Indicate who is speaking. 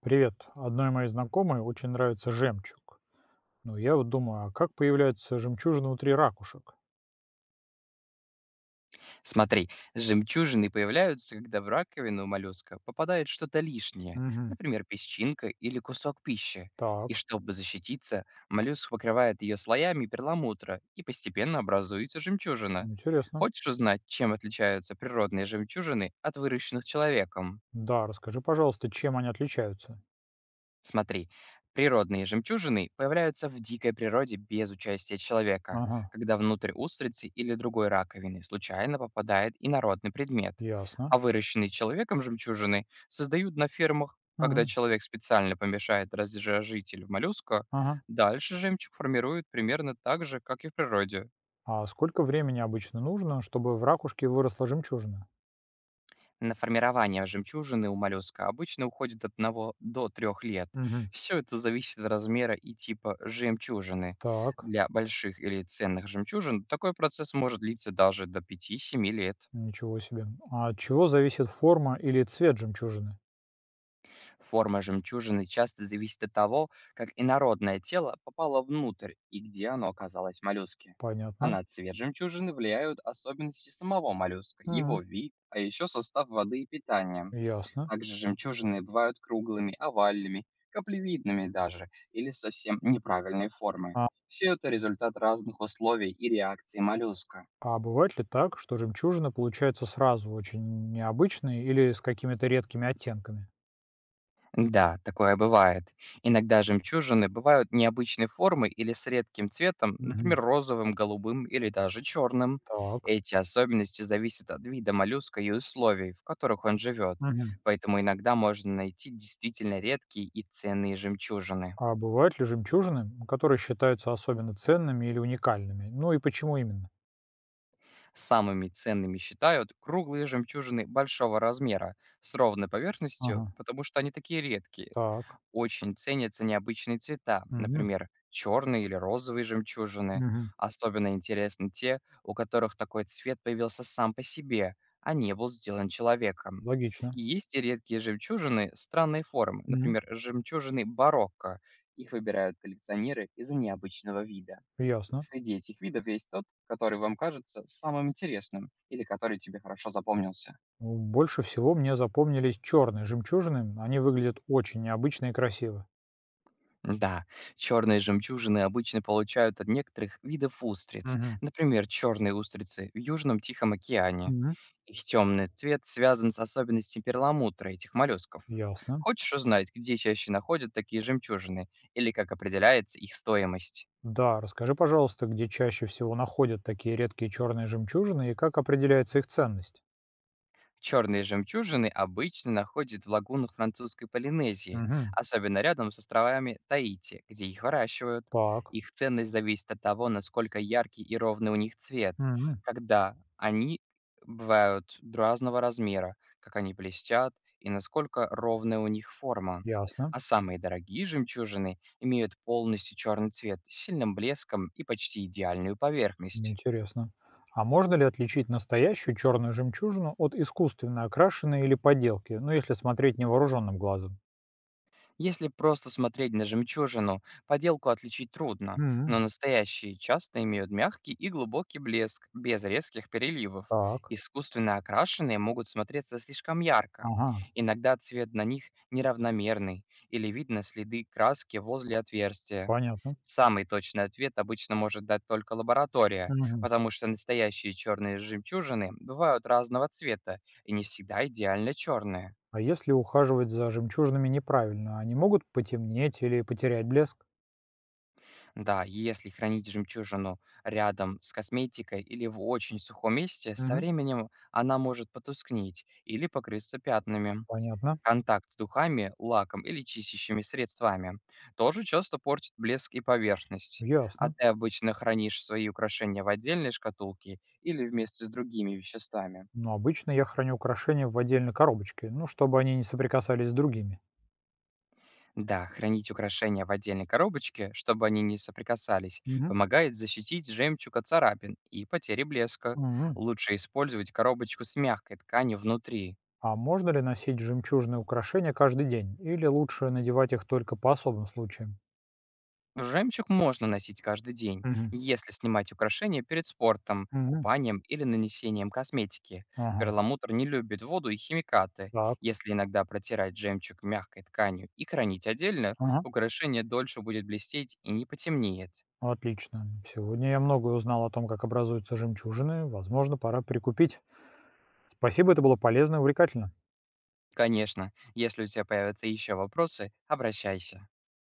Speaker 1: Привет. Одной моей знакомой очень нравится жемчуг. Ну, я вот думаю, а как появляются жемчужины внутри ракушек?
Speaker 2: Смотри, жемчужины появляются, когда в раковину моллюска попадает что-то лишнее,
Speaker 1: Угу.
Speaker 2: например, песчинка или кусок пищи. И
Speaker 1: Так,
Speaker 2: чтобы защититься, моллюск покрывает ее слоями перламутра, и постепенно образуется жемчужина.
Speaker 1: интересно.
Speaker 2: Хочешь узнать, чем отличаются природные жемчужины от выращенных человеком?
Speaker 1: Да, расскажи, пожалуйста, чем они отличаются?
Speaker 2: Смотри, природные жемчужины появляются в дикой природе без участия человека,
Speaker 1: Ага,
Speaker 2: когда внутрь устрицы или другой раковины случайно попадает инородный предмет.
Speaker 1: ясно.
Speaker 2: А выращенные человеком жемчужины создают на фермах, когда
Speaker 1: Мгм.
Speaker 2: человек специально помешает разжижитель в моллюска,
Speaker 1: Ага.
Speaker 2: дальше жемчуг формирует примерно так же, как и в природе.
Speaker 1: А сколько времени обычно нужно, чтобы в ракушке выросла жемчужина?
Speaker 2: На формирование жемчужины у моллюска обычно уходит от одного до 3 лет.
Speaker 1: Угу.
Speaker 2: Все это зависит от размера и типа жемчужины.
Speaker 1: Так,
Speaker 2: Для больших или ценных жемчужин такой процесс может длиться даже до 5-7 лет.
Speaker 1: ничего себе. А от чего зависит форма или цвет жемчужины?
Speaker 2: Форма жемчужины часто зависит от того, как инородное тело попало внутрь и где оно оказалось в моллюске. А
Speaker 1: Понятно.
Speaker 2: на цвет жемчужины влияют особенности самого моллюска,
Speaker 1: Мгм.
Speaker 2: его вид, а еще состав воды и питания.
Speaker 1: Ясно.
Speaker 2: Также жемчужины бывают круглыми, овальными, каплевидными даже или совсем неправильной формы. Все это результат разных условий и реакций моллюска.
Speaker 1: А бывает ли так, что жемчужины получаются сразу очень необычные или с какими-то редкими оттенками?
Speaker 2: Да, такое бывает. Иногда жемчужины бывают необычной формы или с редким цветом,
Speaker 1: Мгм.
Speaker 2: например, розовым, голубым или даже черным.
Speaker 1: Так.
Speaker 2: Эти особенности зависят от вида моллюска и условий, в которых он живет,
Speaker 1: Мгм.
Speaker 2: поэтому иногда можно найти действительно редкие и ценные жемчужины.
Speaker 1: А бывают ли жемчужины, которые считаются особенно ценными или уникальными? Ну и почему именно?
Speaker 2: Самыми ценными считают круглые жемчужины большого размера с ровной поверхностью,
Speaker 1: Ага.
Speaker 2: потому что они такие редкие.
Speaker 1: Так,
Speaker 2: Очень ценятся необычные цвета,
Speaker 1: мгм,
Speaker 2: например, черные или розовые жемчужины.
Speaker 1: мгм,
Speaker 2: Особенно интересны те, у которых такой цвет появился сам по себе, а не был сделан человеком.
Speaker 1: логично.
Speaker 2: Есть и редкие жемчужины странной формы,
Speaker 1: Мгм.
Speaker 2: например, жемчужины барокко. Их выбирают коллекционеры из-за необычного вида.
Speaker 1: Ясно.
Speaker 2: Среди этих видов есть тот, который вам кажется самым интересным или который тебе хорошо запомнился.
Speaker 1: Ну, больше всего мне запомнились черные жемчужины. Они выглядят очень необычно и красиво.
Speaker 2: Да, черные жемчужины обычно получают от некоторых видов устриц,
Speaker 1: Мгм.
Speaker 2: например, черные устрицы в Южном Тихом океане.
Speaker 1: Мгм.
Speaker 2: Их темный цвет связан с особенностями перламутра этих моллюсков.
Speaker 1: Ясно.
Speaker 2: Хочешь узнать, где чаще находят такие жемчужины или как определяется их стоимость?
Speaker 1: Да, расскажи, пожалуйста, где чаще всего находят такие редкие черные жемчужины и как определяется их ценность?
Speaker 2: Черные жемчужины обычно находят в лагунах французской Полинезии,
Speaker 1: Мгм.
Speaker 2: особенно рядом с островами Таити, где их выращивают.
Speaker 1: Так.
Speaker 2: Их ценность зависит от того, насколько яркий и ровный у них цвет,
Speaker 1: Мгм.
Speaker 2: когда они бывают разного размера, как они блестят и насколько ровная у них форма.
Speaker 1: Ясно.
Speaker 2: А самые дорогие жемчужины имеют полностью черный цвет с сильным блеском и почти идеальную поверхность.
Speaker 1: Интересно. А можно ли отличить настоящую черную жемчужину от искусственно окрашенной или подделки, ну, если смотреть невооруженным глазом?
Speaker 2: Если просто смотреть на жемчужину, поделку отличить трудно,
Speaker 1: Мгм.
Speaker 2: но настоящие часто имеют мягкий и глубокий блеск, без резких переливов.
Speaker 1: Так.
Speaker 2: Искусственно окрашенные могут смотреться слишком ярко.
Speaker 1: Ага.
Speaker 2: Иногда цвет на них неравномерный, или видно следы краски возле отверстия.
Speaker 1: Понятно.
Speaker 2: Самый точный ответ обычно может дать только лаборатория,
Speaker 1: Мгм.
Speaker 2: потому что настоящие черные жемчужины бывают разного цвета и не всегда идеально черные.
Speaker 1: А если ухаживать за жемчужинами неправильно, они могут потемнеть или потерять блеск?
Speaker 2: Да, если хранить жемчужину рядом с косметикой или в очень сухом месте, со
Speaker 1: Мгм.
Speaker 2: временем она может потускнеть или покрыться пятнами.
Speaker 1: Понятно.
Speaker 2: Контакт с духами, лаком или чистящими средствами тоже часто портит блеск и поверхность. А
Speaker 1: Ясно.
Speaker 2: ты обычно хранишь свои украшения в отдельной шкатулке или вместе с другими веществами?
Speaker 1: Но обычно я храню украшения в отдельной коробочке, ну, чтобы они не соприкасались с другими.
Speaker 2: Да, хранить украшения в отдельной коробочке, чтобы они не соприкасались,
Speaker 1: Мгм.
Speaker 2: помогает защитить жемчуг от царапин и потери блеска.
Speaker 1: Мгм.
Speaker 2: Лучше использовать коробочку с мягкой тканью внутри.
Speaker 1: А можно ли носить жемчужные украшения каждый день? Или лучше надевать их только по особым случаям?
Speaker 2: Жемчуг можно носить каждый день,
Speaker 1: Мгм.
Speaker 2: если снимать украшения перед спортом,
Speaker 1: Мгм.
Speaker 2: купанием или нанесением косметики.
Speaker 1: Ага.
Speaker 2: Перламутр не любит воду и химикаты.
Speaker 1: Так.
Speaker 2: Если иногда протирать жемчуг мягкой тканью и хранить отдельно,
Speaker 1: Ага.
Speaker 2: украшение дольше будет блестеть и не потемнеет.
Speaker 1: Отлично. Сегодня я многое узнал о том, как образуются жемчужины. Возможно, пора прикупить. Спасибо, это было полезно и увлекательно.
Speaker 2: Конечно, если у тебя появятся еще вопросы, обращайся.